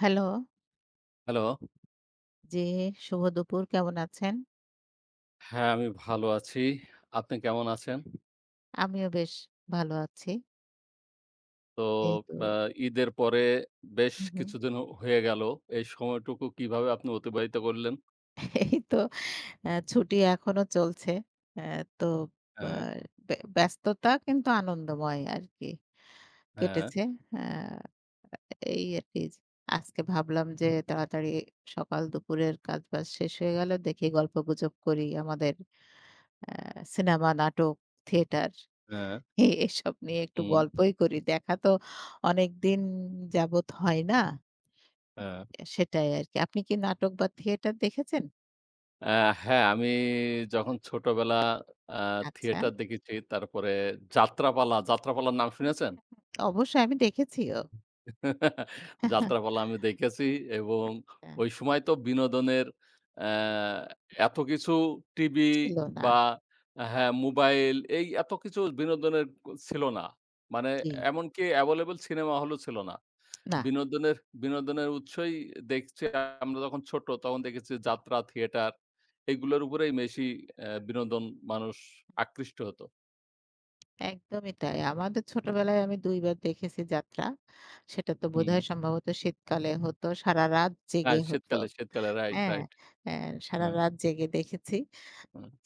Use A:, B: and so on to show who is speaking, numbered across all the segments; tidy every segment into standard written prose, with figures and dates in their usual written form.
A: Hello,
B: hello.
A: জি, শুভ দুপুর। কেমন আছেন?
B: হ্যাঁ, আমি ভালো আছি। আপনি কেমন আছেন?
A: আমিও বেশ ভালো আছি।
B: তো
A: যেহেতু
B: আ ঈদের পরে বেশ
A: উহু,
B: কিছুদিন হয়ে গেল। এই সময়টুকু কিভাবে আপনি অতিবাহিত করলেন?
A: এই তো ছুটি এখনো চলছে। অ্যা তো বা
B: হ্যাঁ,
A: ব্যস্ততা কিন্তু আনন্দময় আরকি
B: হ্যাঁ,
A: কেটেছে। হ্যাঁ, এই আরকি আজকে ভাবলাম যে তাড়াতাড়ি সকাল দুপুরের কাজবাজ শেষ হয়ে গেল। দেখি গল্পগুজব করি আমাদের সিনেমা, নাটক, থিয়েটার
B: হ্যাঁ,
A: এসব নিয়ে একটু
B: হুম,
A: গল্পই করি। দেখা তো অনেকদিন যাবৎ হয় না।
B: হ্যাঁ।
A: সেটাই আরকি। আপনি কি নাটক বা থিয়েটার দেখেছেন?
B: আ হ্যাঁ, আমি যখন ছোটবেলা আ
A: আচ্ছা।
B: থিয়েটার দেখেছি, তারপরে যাত্রাপালা, যাত্রাপালার নাম শুনেছেন?
A: অবশ্যই আমি দেখেছিও। আচ্ছা,
B: যাত্রাপালা আমি দেখেছি এবং ওই সময় তো বিনোদনের অ্যা এত কিছু টিভি
A: ছিল না।
B: বা হ্যাঁ, মোবাইল এই এত কিছু বিনোদনের ছিল না। মানে
A: জি।
B: এমনকি এভেইলেবল সিনেমা হলও ছিল না।
A: না,
B: বিনোদনের বিনোদনের উৎসই দেখছি আমরা যখন ছোট তখন দেখেছি যাত্রা, থিয়েটার এগুলোর উপরেই বেশি বিনোদন মানুষ আকৃষ্ট হতো।
A: একদমই তাই। আমাদের ছোটবেলায় আমি ২ বার দেখেছি যাত্রা। সেটা তো
B: হুম।
A: বোধহয় সম্ভবত শীতকালে হতো। সারারাত
B: হ্যাঁ,
A: জেগে হতো।
B: শীতকালে, শীতকালে রাইট,
A: হ্যাঁ?
B: রাইট।
A: অ্যা
B: হ্যাঁ,
A: সারারাত জেগে দেখেছি।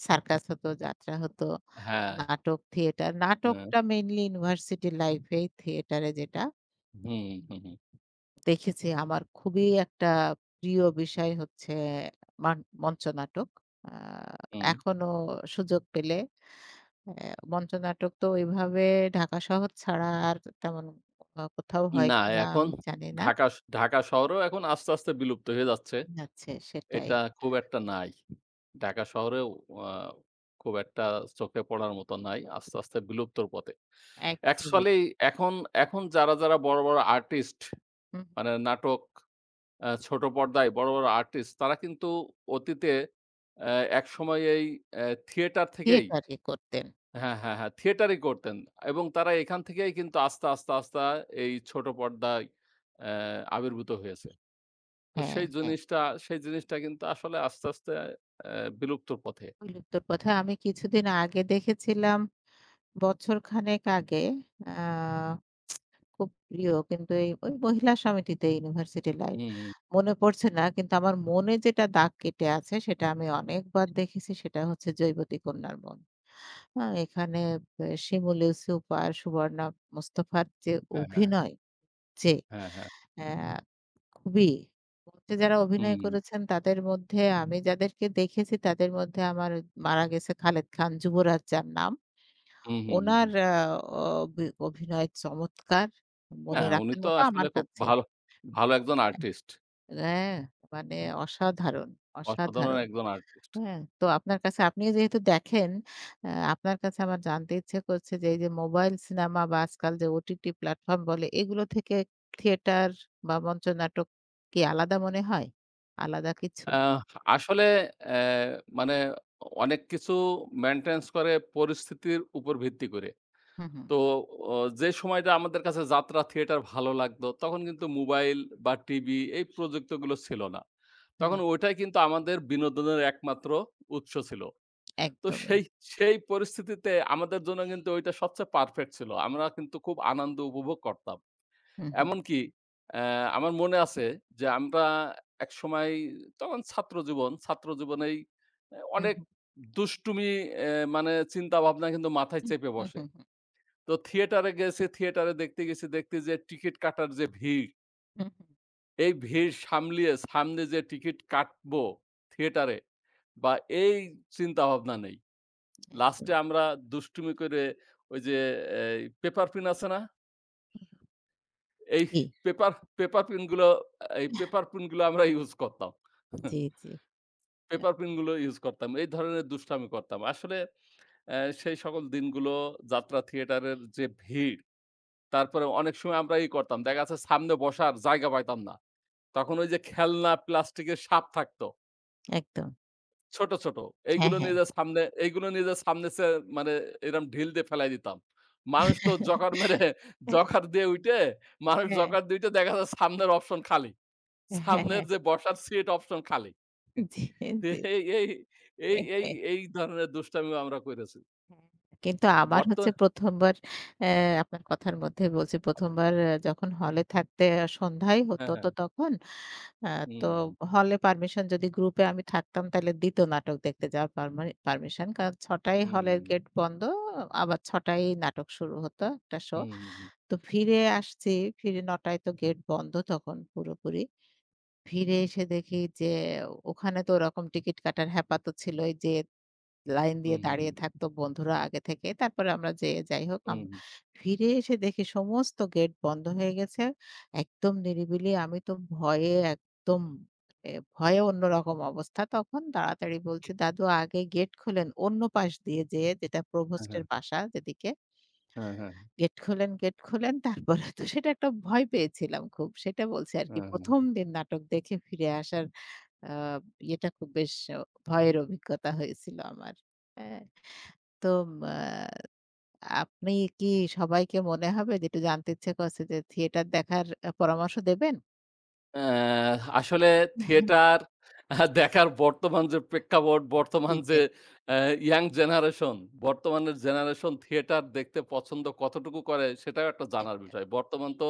A: সার্কাস হতো, যাত্রা হতো,
B: হ্যাঁ,
A: নাটক, থিয়েটার।
B: হ্যাঁ।
A: নাটকটা মেইনলি ইউনিভার্সিটি লাইফে থিয়েটারে যেটা
B: হুম, হুম, হুম,
A: দেখেছি। আমার খুবই একটা প্রিয় বিষয় হচ্ছে মান মঞ্চনাটক। আ
B: হুম।
A: এখনো সুযোগ পেলে অ্যা মঞ্চনাটক তো ওইভাবে ঢাকা শহর ছাড়া আর তেমন কোথাও হয়
B: না
A: কিনা
B: এখন
A: আমি জানি না।
B: ঢাকা শহরেও এখন আস্তে, আস্তে বিলুপ্ত হয়ে যাচ্ছে।
A: আচ্ছা সেটাই।
B: এটা খুব একটা নাই। ঢাকা শহরেও আ খুব একটা চোখে পড়ার মতো নাই। আস্তে, আস্তে বিলুপ্তর পথে।
A: একদমই।
B: অ্যাকচুয়ালি এখন এখন যারা, যারা বড়, বড় আর্টিস্ট
A: হুম,
B: মানে নাটক ছোট পর্দায় বড়, বড় আর্টিস্ট তারা কিন্তু অতীতে অ্যা একসময় এই থিয়েটার থেকেই
A: থিয়েটারে করতেন। হুম।
B: হ্যাঁ, হ্যাঁ, হ্যাঁ। থিয়েটারই করতেন এবং তারা এখান থেকেই কিন্তু আস্তে, আস্তে, আস্তে এই ছোট পর্দায় অ্যা আবির্ভূত হয়েছে। তো
A: হ্যাঁ,
B: সেই
A: হ্যাঁ।
B: জিনিসটা কিন্তু আসলে আস্তে, আস্তে অ্যা বিলুপ্তর পথে।
A: বিলুপ্তর পথে আমি কিছুদিন আগে দেখেছিলাম বছরখানেক আগে আ খুব প্রিয় কিন্তু এই ওই মহিলা সমিতিতে ইউনিভার্সিটি লাইফ।
B: হুম, হুম।
A: মনে পড়ছে না কিন্তু আমার মনে যেটা দাগ কেটে আছে সেটা আমি অনেকবার দেখেছি সেটা হচ্ছে 'জৈবতী কন্যার মন।' হ্যাঁ? এখানে শিমুল ইউসুফ আর সুবর্ণা মোস্তফার যে
B: হ্যাঁ, হ্যাঁ,
A: অভিনয় যে
B: হ্যাঁ, হ্যাঁ।
A: অ্যা খুবই মঞ্চে যারা অভিনয়
B: হুম,
A: করেছেন তাদের মধ্যে আমি যাদেরকে দেখেছি তাদের মধ্যে আমার মারা গেছে খালেদ খান, যুবরাজ যার নাম।
B: হুম, হুম, হুম,
A: উনার
B: হুম।
A: অভিনয় চমৎকার। মনে
B: হ্যাঁ, উনি
A: রাখার
B: তো
A: মতো
B: আসলে
A: আমার
B: খুব
A: কাছে।
B: ভালো, ভালো একজন আর্টিস্ট।
A: হ্যাঁ, মানে অসাধারণ,
B: অসাধারণ
A: অসাধারণ।
B: একজন আর্টিস্ট।
A: হ্যাঁ? তো আপনার কাছে আপনিও যেহেতু দেখেন, আ আপনার কাছে আমার জানতে ইচ্ছে করছে যে এই যে মোবাইল সিনেমা বা আজকাল যে ওটিটি প্ল্যাটফর্ম বলে এগুলো থেকে থিয়েটার বা মঞ্চনাটক কি আলাদা মনে হয়? আলাদা কিছু?
B: আহ আসলে অ্যা মানে অনেক কিছু মেইনটেন্যান্স করে পরিস্থিতির উপর ভিত্তি করে।
A: হুম, হুম,
B: তো অ যে সময়টা আমাদের কাছে যাত্রা, থিয়েটার ভালো লাগতো, তখন কিন্তু মোবাইল বা টিভি এই প্রযুক্তগুলো ছিল না।
A: হুম,
B: তখন ওইটাই কিন্তু আমাদের বিনোদনের একমাত্র উৎস ছিল। তো
A: একদমই।
B: সেই সেই পরিস্থিতিতে আমাদের জন্য কিন্তু ওইটা সবচেয়ে পারফেক্ট ছিল। আমরা কিন্তু খুব আনন্দ উপভোগ করতাম।
A: হুম, হুম,
B: এমনকি অ্যা আমার মনে আছে যে আমরা একসময় তখন ছাত্রজীবন, ছাত্রজীবনেই
A: হুম,
B: অনেক
A: হুম,
B: দুষ্টুমি অ্যা মানে চিন্তাভাবনা কিন্তু মাথায়
A: হুম,
B: চেপে
A: হুম,
B: বসে।
A: হুম,
B: তো থিয়েটারে গেছি, থিয়েটারে দেখতে গেছি, দেখতে যে টিকিট কাটার যে ভিড়,
A: হুম, হুম,
B: এই ভিড় সামলিয়ে সামনে যে টিকিট কাটবো থিয়েটারে বা এই চিন্তা ভাবনা নেই। লাস্টে
A: একদম।
B: আমরা দুষ্টুমি করে ওই যে এই পেপার পিন আছে না? এই
A: জি,
B: পেপার পেপার পিন গুলো এই পেপার পিন গুলো আমরা ইউজ করতাম।
A: জি, জি। আ
B: পেপার পিন গুলো ইউজ করতাম। এই ধরনের দুষ্টামি করতাম। আসলে সেই সকল দিনগুলো যাত্রা থিয়েটারের যে ভিড় তারপরে অনেক সময় আমরা ই করতাম। দেখা যাচ্ছে সামনে বসার জায়গা পাইতাম না। তখন ওই যে খেলনা প্লাস্টিকের সাপ থাকতো।
A: একদম।
B: ছোট, ছোট।
A: হ্যাঁ,
B: এইগুলো
A: হ্যাঁ।
B: নিয়ে যে সামনে এইগুলো নিয়ে যে সামনে মানে এরম ঢিল দিয়ে ফেলাই দিতাম। মানুষ তো জোকার মেরে জোকার দিয়ে উইঠে মানুষ
A: হ্যাঁ,
B: জোকার দিয়ে উইঠে দেখা যায় সামনের অপশন খালি।
A: হ্যাঁ,
B: সামনের
A: হ্যাঁ।
B: যে বসার সিট অপশন খালি।
A: জি,
B: তো
A: জি।
B: এই এই এই এই এই ধরনের দুষ্টামিও আমরা কইরেছি।
A: কিন্তু আমার
B: বর্ত
A: হচ্ছে ১ম বার অ্যা আপনার কথার মধ্যে বলছি ১ম বার যখন হলে থাকতে সন্ধ্যায়
B: হ্যাঁ,
A: হতো
B: হ্যাঁ।
A: তো তখন আ তো
B: হুম, হুম,
A: হলে পারমিশন যদি গ্রুপে আমি থাকতাম তাহলে দিত নাটক দেখতে যাওয়ার পারমিশন। কারণ ৬টায় হলের
B: হুম,
A: গেট বন্ধ আবার ৬টায় নাটক শুরু হতো একটা শো।
B: হুম, হুম, হুম,
A: তো ফিরে আসছি, ফিরে ৯টায় তো গেট বন্ধ তখন পুরোপুরি। ফিরে এসে দেখি যে ওখানে তো ওরকম টিকিট কাটার হ্যাপা তো ছিলই যে লাইন দিয়ে
B: হুম, হুম,
A: দাঁড়িয়ে
B: হুম,
A: থাকতো বন্ধুরা আগে থেকে। তারপরে আমরা যেয়ে যাই হোক
B: হুম, হুম,
A: ফিরে এসে দেখি সমস্ত গেট বন্ধ হয়ে গেছে। একদম নিরিবিলি। আমি তো ভয়ে একদম এ ভয়ে অন্যরকম অবস্থা। তখন তাড়াতাড়ি বলছি, "দাদু আগে গেট খোলেন।" অন্য পাশ দিয়ে যেয়ে যেটা
B: হ্যাঁ,
A: প্রভোস্টের
B: হ্যাঁ।
A: বাসা যেদিকে,
B: হ্যাঁ, হ্যাঁ,
A: "গেট খোলেন, গেট খোলেন।" তারপরে তো সেটা একটা ভয় পেয়েছিলাম খুব। সেটা বলছি আরকি
B: হ্যাঁ, হ্যাঁ।
A: ১ম দিন নাটক দেখে ফিরে আসার আ এটা খুব বেশ ভয়ের অভিজ্ঞতা হয়েছিল আমার। হ্যাঁ? তো আ আপনি কি সবাইকে মনে হবে যে একটু জানতে ইচ্ছে করছে যে থিয়েটার দেখার পরামর্শ দেবেন?
B: অ্যা আসলে থিয়েটার দেখার বর্তমান যে প্রেক্ষাপট, বর্তমান যে
A: দিতেন।
B: অ্যা ইয়াং জেনারেশন, বর্তমানের জেনারেশন থিয়েটার দেখতে পছন্দ কতটুকু করে সেটাও একটা জানার বিষয়। বর্তমান তো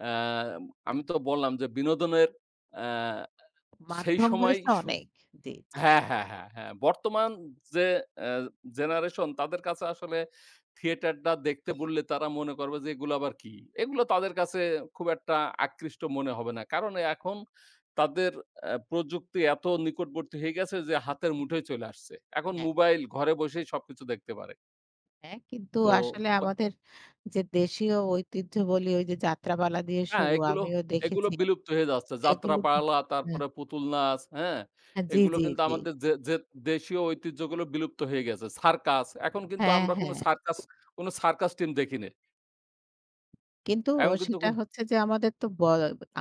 B: অ্যা আমি তো বললাম যে বিনোদনের অ্যা সেই
A: মাধ্যম
B: সময়
A: হয়েছে অনেক। জি, জি।
B: হ্যাঁ, হ্যাঁ, হ্যাঁ, হ্যাঁ। বর্তমান যে অ্যা জেনারেশন তাদের কাছে আসলে থিয়েটারটা দেখতে বললে তারা মনে করবে যে এগুলো আবার কি? এগুলো তাদের কাছে খুব একটা আকৃষ্ট মনে হবে না। কারণ এখন তাদের প্রযুক্তি এত নিকটবর্তী হয়ে গেছে যে হাতের মুঠোয় চলে আসছে। এখন
A: হ্যাঁ,
B: মোবাইল ঘরে বসেই সবকিছু দেখতে পারে।
A: হ্যাঁ। কিন্তু
B: তো
A: আসলে আমাদের যে দেশীয় ঐতিহ্য বলি ওই যে যাত্রাপালা দিয়ে
B: হ্যাঁ,
A: শুরু
B: এগুলো,
A: আমিও
B: এগুলো
A: দেখেছি।
B: বিলুপ্ত হয়ে যাচ্ছে।
A: এগুলো
B: যাত্রাপালা,
A: হ্যাঁ,
B: তারপরে পুতুল নাচ, হ্যাঁ?
A: হ্যাঁ, জি,
B: এগুলো
A: জি,
B: কিন্তু
A: জি।
B: আমাদের যে, যে দেশীয় ঐতিহ্যগুলো বিলুপ্ত হয়ে গেছে। সার্কাস, এখন কিন্তু
A: হ্যাঁ,
B: আমরা কোনো
A: হ্যাঁ।
B: সার্কাস, কোনো সার্কাস টিম দেখি না।
A: কিন্তু
B: এখন কিন্তু
A: সেটা
B: কোন
A: হচ্ছে যে আমাদের তো ব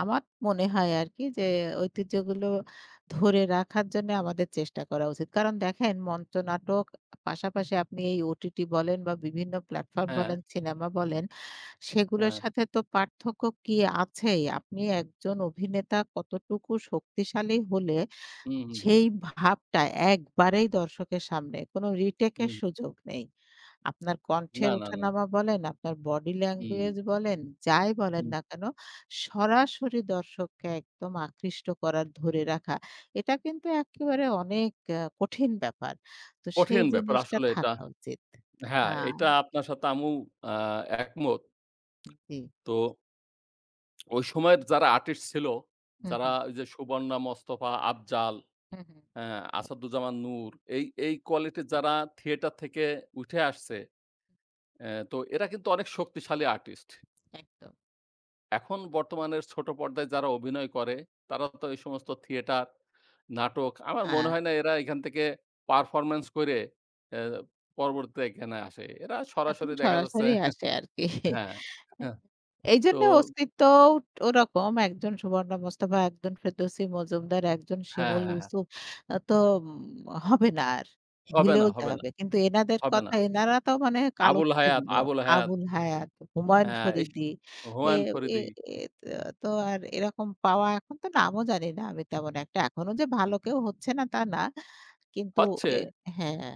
A: আমার মনে হয় আরকি যে ঐতিহ্যগুলো ধরে রাখার জন্য আমাদের চেষ্টা করা উচিত। কারণ দেখেন মঞ্চনাটক পাশাপাশি আপনি এই ওটিটি বলেন বা বিভিন্ন প্ল্যাটফর্ম
B: হ্যাঁ,
A: বলেন, সিনেমা বলেন, সেগুলোর
B: হ্যাঁ।
A: সাথে তো পার্থক্য কি আছেই। আপনি একজন অভিনেতা কতটুকু শক্তিশালী হলে
B: হুম, হুম, হুম,
A: সেই ভাবটা একবারেই দর্শকের সামনে, কোনো রিটেক এর
B: হুম।
A: সুযোগ নেই। আপনার কণ্ঠের
B: না, না, না, না।
A: ওঠানামা বলেন, আপনার বডি
B: হুম,
A: ল্যাঙ্গুয়েজ বলেন, যাই বলেন
B: হুম।
A: না কেন, সরাসরি দর্শককে একদম আকৃষ্ট করার, ধরে রাখা, এটা কিন্তু একেবারে অনেক কঠিন ব্যাপার। তো সেই
B: কঠিন ব্যাপার
A: জিনিসটা
B: আসলে এটা।
A: থাকা উচিত। আ
B: হ্যাঁ, এটা আপনার সাথে আমিও আ একমত।
A: জি।
B: তো ওই সময়ের যারা আর্টিস্ট ছিল,
A: হুম,
B: যারা
A: হুম।
B: ওই যে সুবর্ণা, মোস্তফা, আফজাল
A: হুম, হুম।
B: হ্যাঁ, আসাদুজ্জামান নূর এই, এই কোয়ালিটির যারা থিয়েটার থেকে উঠে আসছে তো এরা কিন্তু অনেক শক্তিশালী আর্টিস্ট।
A: একদম।
B: এখন বর্তমানের ছোট পর্দায় যারা অভিনয় করে তারা তো এই সমস্ত থিয়েটার, নাটক আমার মনে
A: আ
B: হয় না এরা এখান থেকে পারফরম্যান্স করে অ্যা পরবর্তীতে এখানে আসে। এরা
A: এখন
B: সরাসরি দেখা যাচ্ছে
A: সরাসরি আসে আরকি।
B: হ্যাঁ,
A: হ্যাঁ,
B: হ্যাঁ, তো
A: এইজন্য অস্তিত্বও ওরকম। একজন সুবর্ণা মোস্তফা, একজন ফেরদৌসী মজুমদার, একজন
B: হ্যাঁ,
A: শিমুল
B: হ্যাঁ, হ্যাঁ।
A: ইউসুফ আ তো উম হবে না আর।
B: হবে না,
A: ভুলেও
B: হবে না,
A: যাবে। কিন্তু এনাদের
B: হবে না।
A: কথা এনারা তো মানে
B: আবুল হায়াত,
A: কালোত্তীর্ণ।
B: আবুল হায়াত
A: আবুল হায়াত, হুমায়ুন
B: হ্যাঁ, এইসব
A: ফরিদী এ
B: হুমায়ূন
A: এ
B: ফরিদী
A: এ তো আর এরকম পাওয়া এখন তো নামও জানি না আমি তেমন একটা। এখনো যে ভালো
B: হুম,
A: কেউ হচ্ছে না তা না। কিন্তু
B: হচ্ছে
A: এ হ্যাঁ,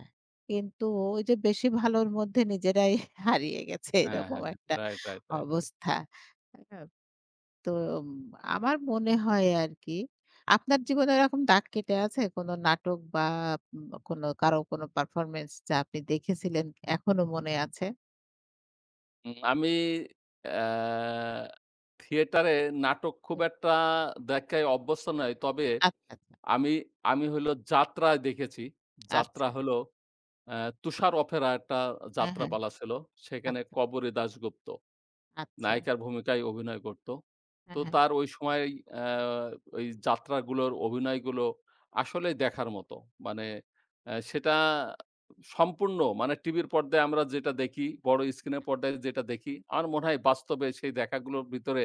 A: কিন্তু ওই যে বেশি ভালোর মধ্যে নিজেরাই হারিয়ে গেছে
B: হ্যাঁ,
A: এরকম
B: হ্যাঁ, হ্যাঁ।
A: একটা
B: রাইট, রাইট, রাইট, রাইট।
A: অবস্থা। হ্যাঁ, তো উম, আমার মনে হয় আরকি। আপনার জীবনে এরকম দাগ কেটে আছে কোনো নাটক বা কোনো কারো কোনো পারফরম্যান্স যা আপনি দেখেছিলেন এখনো মনে আছে?
B: আমি অ্যা থিয়েটারে নাটক খুব
A: হুম,
B: একটা দেখায় অভ্যস্ত নই। তবে
A: আচ্ছা, আচ্ছা,
B: আমি আমি হইলো যাত্রায় দেখেছি।
A: আচ্ছা।
B: যাত্রা হলো অ্যা তুষার অপেরা একটা
A: হ্যাঁ, হ্যাঁ।
B: যাত্রাপালা ছিল। সেখানে
A: আচ্ছা,
B: 'কবরী দাশগুপ্ত'
A: আচ্ছা।
B: নায়িকার ভূমিকায় অভিনয় করত। তো
A: হ্যাঁ, হ্যাঁ।
B: তার ওই সময় অ্যা ওই যাত্রাগুলোর অভিনয়গুলো আসলেই দেখার মতো। মানে সেটা সম্পূর্ণ মানে টিভির পর্দায় আমরা যেটা দেখি, বড় স্ক্রিনের পর্দায় যেটা দেখি, আমার মনে হয় বাস্তবে সেই দেখাগুলোর ভিতরে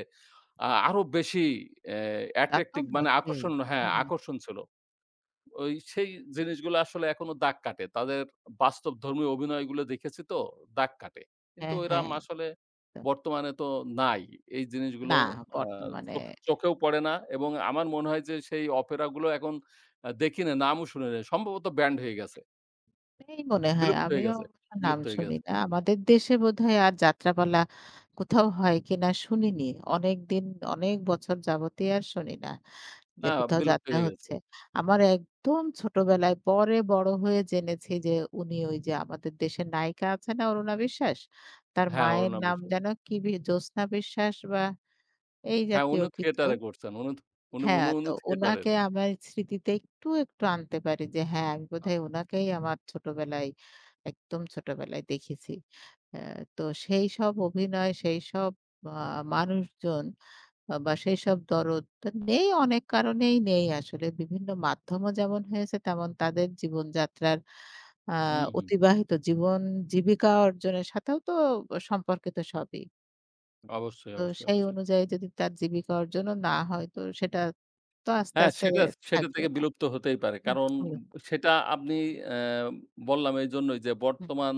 B: আরো বেশি অ্যা
A: তা তো
B: অ্যাট্রাক্টিভ মানে
A: বটেই।
B: আকর্ষণ হ্যাঁ,
A: হ্যাঁ,
B: আকর্ষণ ছিল। ওই সেই জিনিসগুলো আসলে এখনো দাগ কাটে। তাদের বাস্তবধর্মী অভিনয়গুলো দেখেছি তো দাগ কাটে। কিন্তু
A: হ্যাঁ,
B: এরাম
A: হ্যাঁ।
B: আসলে
A: তো
B: বর্তমানে তো নাই। এই জিনিসগুলো
A: না
B: আ
A: বর্তমানে
B: চোখেও পড়ে না এবং আমার মনে হয় যে সেই অপেরাগুলো এখন দেখি না, নামও শুনি না। সম্ভবত ব্যান্ড হয়ে গেছে।
A: এই মনে হয়।
B: বিলুপ্ত হয়ে
A: আমিও
B: গেছে,
A: অবশ্য নাম
B: বিলুপ্ত হয়ে
A: শুনি
B: গেছে।
A: না। আমাদের দেশে বোধহয় আর যাত্রাপালা কোথাও হয় কিনা শুনিনি। অনেকদিন অনেক বছর যাবতই আর শুনি না
B: না,
A: যে কোথাও
B: বিলুপ্ত
A: যাত্রা
B: হয়ে গেছে।
A: হচ্ছে। আমার একদম ছোটবেলায় পরে বড় হয়ে জেনেছি যে উনি ওই যে আমাদের দেশের নায়িকা আছে না অরুণা বিশ্বাস? তার
B: হ্যাঁ,
A: মায়ের
B: অরুণা
A: নাম
B: বিশ্বাস।
A: যেন কি জ্যোৎস্না বিশ্বাস বা এই
B: হ্যাঁ,
A: জাতীয়
B: উনি
A: কিছু।
B: থিয়েটারে করছেন। উনি
A: হ্যাঁ,
B: উনি
A: তো
B: থিয়েটারের।
A: উনাকে আমার স্মৃতিতে একটু, একটু আনতে পারি যে হ্যাঁ, আমি
B: আ
A: বোধহয় উনাকেই আমার ছোটবেলায়, একদম ছোটবেলায় দেখেছি। আ তো সেইসব অভিনয়, সেইসব আ মানুষজন বা সেইসব দরদ তো নেই, অনেক কারণেই নেই আসলে। বিভিন্ন মাধ্যমও যেমন হয়েছে, তেমন তাদের জীবনযাত্রার আ
B: হুম, হুম।
A: অতিবাহিত জীবন জীবিকা অর্জনের সাথেও তো সম্পর্কিত সবই।
B: অবশ্যই,
A: তো
B: অবশ্যই,
A: সেই
B: অবশ্যই।
A: অনুযায়ী যদি তার জীবিকা অর্জনও না হয় তো সেটা তো আস্তে,
B: হ্যাঁ,
A: আস্তে
B: সেটা সেটা
A: থাকবে
B: থেকে
A: না।
B: বিলুপ্ত হতেই পারে।
A: হুম,
B: কারণ
A: হলো।
B: সেটা আপনি অ্যা বললাম এইজন্যই যে
A: হুম,
B: বর্তমান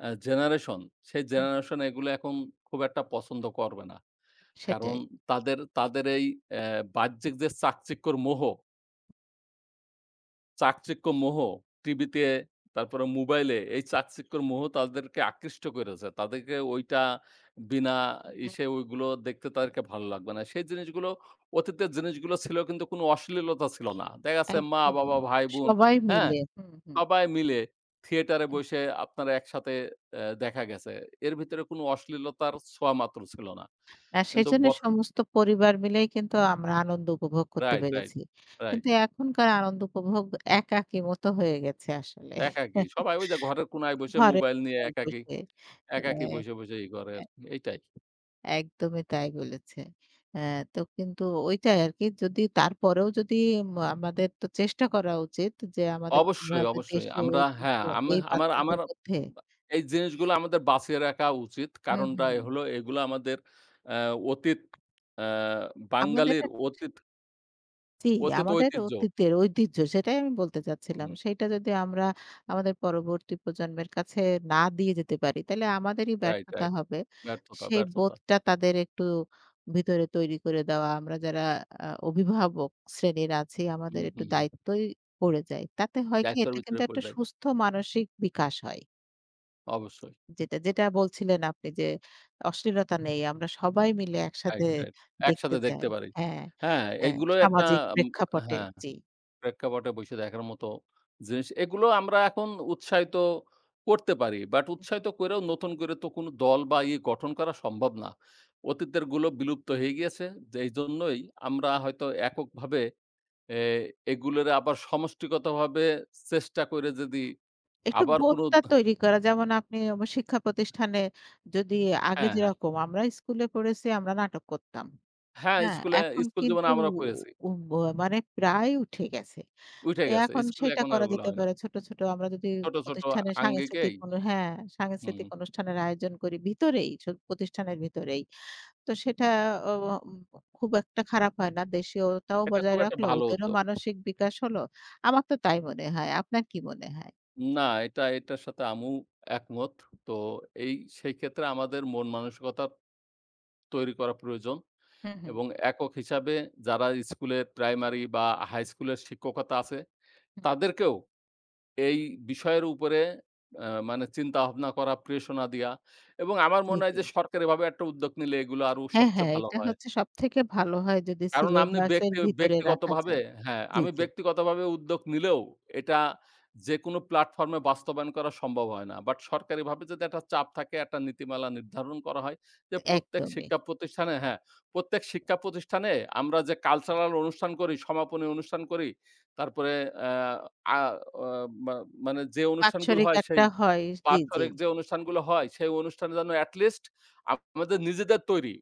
B: জেনারেশন, সেই
A: হুম,
B: জেনারেশন এগুলো এখন খুব একটা পছন্দ করবে না। কারণ
A: সেটাই।
B: তাদের তাদের এই অ্যা বাহ্যিক যে চাকচিক্যর মোহ চাকচিক্য মোহ টিভিতে তারপরে মোবাইলে এই চাকচিক্যর মোহ তাদেরকে আকৃষ্ট করেছে। তাদেরকে ওইটা বিনা
A: হ্যাঁ,
B: ইসে ওইগুলো দেখতে
A: হ্যাঁ,
B: তাদেরকে ভালো লাগবে না। সেই জিনিসগুলো অতীতের জিনিসগুলো ছিল কিন্তু কোনো অশ্লীলতা ছিল না। দেখা যাচ্ছে
A: একদমই।
B: মা-বাবা, ভাই-বোন,
A: সবাই
B: হ্যাঁ?
A: মিলে। হুম, হুম।
B: সবাই মিলে থিয়েটারে বসে আপনারা একসাথে দেখা গেছে। এর ভিতরে কোনো অশ্লীলতার ছোঁয়া মাত্র ছিল না। কিন্তু
A: সেজন্য সমস্ত পরিবার মিলেই কিন্তু আমরা আনন্দ উপভোগ করতে
B: রাইট, রাইট,
A: পেরেছি।
B: রাইট।
A: কিন্তু এখনকার আনন্দ উপভোগ একাকী মতো হয়ে গেছে আসলে।
B: একাকী। সবাই ওই যে ঘরের কোনায় বসে
A: ঘরে
B: মোবাইল নিয়ে একাকী।
A: বসে।
B: একাকী বইসে, বইসে ই করে
A: এ
B: আরকি। এইটাই।
A: একদমই তাই বলেছে। হ্যাঁ, তো কিন্তু ওইটাই আরকি যদি তারপরেও যদি আমাদের তো চেষ্টা করা উচিত যে আমাদের
B: অবশ্যই,
A: কিভাবে
B: অবশ্যই।
A: দেশীয়
B: আমরা
A: ঐতিহ্য
B: হ্যাঁ, আমি
A: এই
B: আমার আমার
A: বাচ্চাদের মধ্যে
B: বা এই জিনিসগুলো আমাদের বাঁচিয়ে রাখা উচিত।
A: হুম,
B: কারণটা
A: হুম।
B: এ
A: হুম।
B: হলো এগুলো আমাদের অ্যা অতীত অ্যা
A: আমাদের
B: বাঙালির অতীত
A: জি,
B: অতীত
A: আমাদের
B: ঐতিহ্য।
A: অতীতের ঐতিহ্য সেটাই আমি বলতে
B: হুম।
A: চাচ্ছিলাম। সেইটা যদি আমরা আমাদের পরবর্তী প্রজন্মের কাছে না দিয়ে যেতে পারি, তাহলে আমাদেরই
B: রাইট,
A: ব্যর্থতা
B: রাইট।
A: হবে।
B: ব্যর্থতা,
A: সেই
B: ব্যর্থতা।
A: বোধটা তাদের একটু ভিতরে তৈরি করে দেওয়া। আমরা যারা অভিভাবক শ্রেণীর আছি,
B: হুম,
A: আমাদের একটু
B: হুম, হুম।
A: দায়িত্বই পড়ে যায়। তাতে হয় কি?
B: দায়িত্বের
A: এটা
B: ভিতরে
A: কিন্তু একটা
B: পড়ে যায়।
A: সুস্থ মানসিক বিকাশ হয়।
B: অবশ্যই।
A: যেটা, যেটা বলছিলেন আপনি যে, অশ্লীলতা নেই। আমরা সবাই মিলে একসাথে
B: রাইট, রাইট।
A: দেখতে
B: একসাথে দেখতে
A: যাই।
B: পারি।
A: হ্যাঁ,
B: হ্যাঁ,
A: হ্যাঁ,
B: এইগুলো একটা
A: সামাজিক
B: উম
A: প্রেক্ষাপটে।
B: হ্যাঁ।
A: জি।
B: প্রেক্ষাপটে বসে দেখার মতো জিনিস। এগুলো আমরা এখন উৎসাহিত করতে পারি। বাট উৎসাহিত কইরেও নতুন করে তো কোনো দল বা ইয়ে গঠন করা সম্ভব না। অতীতের গুলো বিলুপ্ত হয়ে গিয়েছে। যে এইজন্যই আমরা হয়তো এককভাবে এ এগুলোরে আবার সমষ্টিগতভাবে চেষ্টা করে যদি
A: একটু
B: আবার কোনো
A: বোধটা তৈরি করা। যেমন আপনি শিক্ষা প্রতিষ্ঠানে যদি আগে
B: হ্যাঁ, হ্যাঁ।
A: যেরকম আমরা স্কুলে পড়েছি আমরা নাটক করতাম।
B: হ্যাঁ,
A: হ্যাঁ?
B: স্কুলে
A: এখন
B: স্কুল জীবনে
A: কিন্তু
B: আমরা করেছি।
A: উ ব মানে প্রায় উঠে গেছে।
B: উইঠে
A: তো
B: গেছে।
A: এখন
B: স্কুলে
A: সেটা
B: এখন আর
A: করা
B: ওগুলো
A: যেতে
B: হয় না।
A: পারে। ছোট, ছোট আমরা যদি
B: ছোট, ছোট
A: প্রতিষ্ঠানে
B: আঙ্গিকেই
A: সাংস্কৃতিক অনু হ্যাঁ,
B: হুম,
A: সাংস্কৃতিক অনুষ্ঠানের আয়োজন করি ভিতরেই প্রতিষ্ঠানের ভিতরেই। তো সেটা অ উম খুব একটা খারাপ হয় না। দেশীয়তাও
B: এটা
A: বজায়
B: খুব একটা
A: রাখলো।
B: ভালো
A: ওদেরও
B: উদ্যোগ।
A: মানসিক বিকাশ হলো। আমার তো তাই মনে হয়। আপনার কি মনে হয়?
B: না, এটা এটার সাথে আমিও একমত। তো এই সেই ক্ষেত্রে আমাদের মন মানসিকতা তৈরি করা প্রয়োজন
A: হুম, হুম। হুম।
B: এবং একক হিসাবে যারা স্কুলে প্রাইমারি বা হাই স্কুলের শিক্ষকতা আছে, তাদেরকেও এই বিষয়ের উপরে মানে চিন্তা ভাবনা করা, প্রেরণা দেয়া এবং আমার
A: জি,
B: মনে হয়
A: জি।
B: যে সরকার এভাবে একটা উদ্যোগ নিলে এগুলো আরো
A: হ্যাঁ,
B: সবচেয়ে
A: হ্যাঁ,
B: ভালো
A: এটা
B: হয়।
A: হচ্ছে সবথেকে ভালো হয় যদি
B: কারণ আপনি
A: সিলেবাসের ভিতরে রাখা
B: ব্যক্তিগতভাবে
A: যায়।
B: হ্যাঁ,
A: জি,
B: আমি
A: জি,
B: ব্যক্তিগতভাবে উদ্যোগ নিলেও এটা যেকোনো প্ল্যাটফর্মে বাস্তবায়ন করা সম্ভব হয় না। বাট সরকারিভাবে যদি একটা চাপ থাকে, একটা নীতিমালা নির্ধারণ করা হয় যে প্রত্যেক
A: একদমই।
B: শিক্ষা প্রতিষ্ঠানে হ্যাঁ, প্রত্যেক শিক্ষা প্রতিষ্ঠানে আমরা যে কালচারাল অনুষ্ঠান করি, সমাপনী অনুষ্ঠান করি, তারপরে অ্যা আ অ মা মানে যে অনুষ্ঠানগুলো
A: বাৎসরিক
B: হয় সেই
A: একটা হয়। জি, জি।
B: বাৎসরিক যে অনুষ্ঠানগুলো হয়, সেই অনুষ্ঠানে যেন এট লিস্ট আমাদের নিজেদের তৈরি,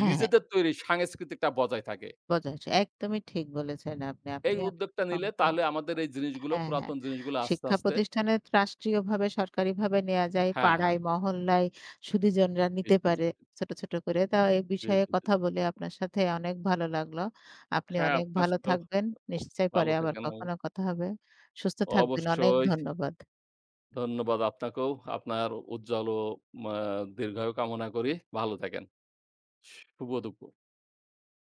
A: হ্যাঁ, হ্যাঁ,
B: নিজেদের তৈরি সাংস্কৃতিকটা বজায় থাকে।
A: বোঝা যায়। একদমই ঠিক বলেছেন আপনি। আমি
B: এই
A: আপ
B: উদ্যোগটা নিলে
A: সম্পূর্ণ
B: তাহলে আমাদের এই জিনিসগুলো
A: হ্যাঁ, হ্যাঁ।
B: পুরাতন জিনিসগুলো আস্তে,
A: শিক্ষা
B: আস্তে
A: প্রতিষ্ঠানে রাষ্ট্রীয়ভাবে সরকারিভাবে নেয়া যায়।
B: হ্যাঁ, হ্যাঁ।
A: পাড়ায়, মহল্লায় সুধীজনরা
B: জি,
A: নিতে
B: জি,
A: পারে
B: জি,
A: ছোট, ছোট করে। তা এ
B: জি,
A: বিষয়ে
B: জি, জি,
A: কথা
B: জি।
A: বলে আপনার সাথে অনেক ভালো লাগলো। আপনি
B: হ্যাঁ,
A: অনেক
B: আপনার
A: ভালো
B: সাথেও
A: থাকবেন। নিশ্চয়ই
B: ভালো
A: পরে আবার
B: থাকেন আপনি।
A: কখনো কথা হবে। সুস্থ থাকবেন। অনেক
B: অবশ্যই
A: ধন্যবাদ।
B: ধন্যবাদ আপনাকেও। আপনার উজ্জ্বল ও মা দীর্ঘায়ু কামনা করি। ভালো থাকেন। শুভ দুপুর।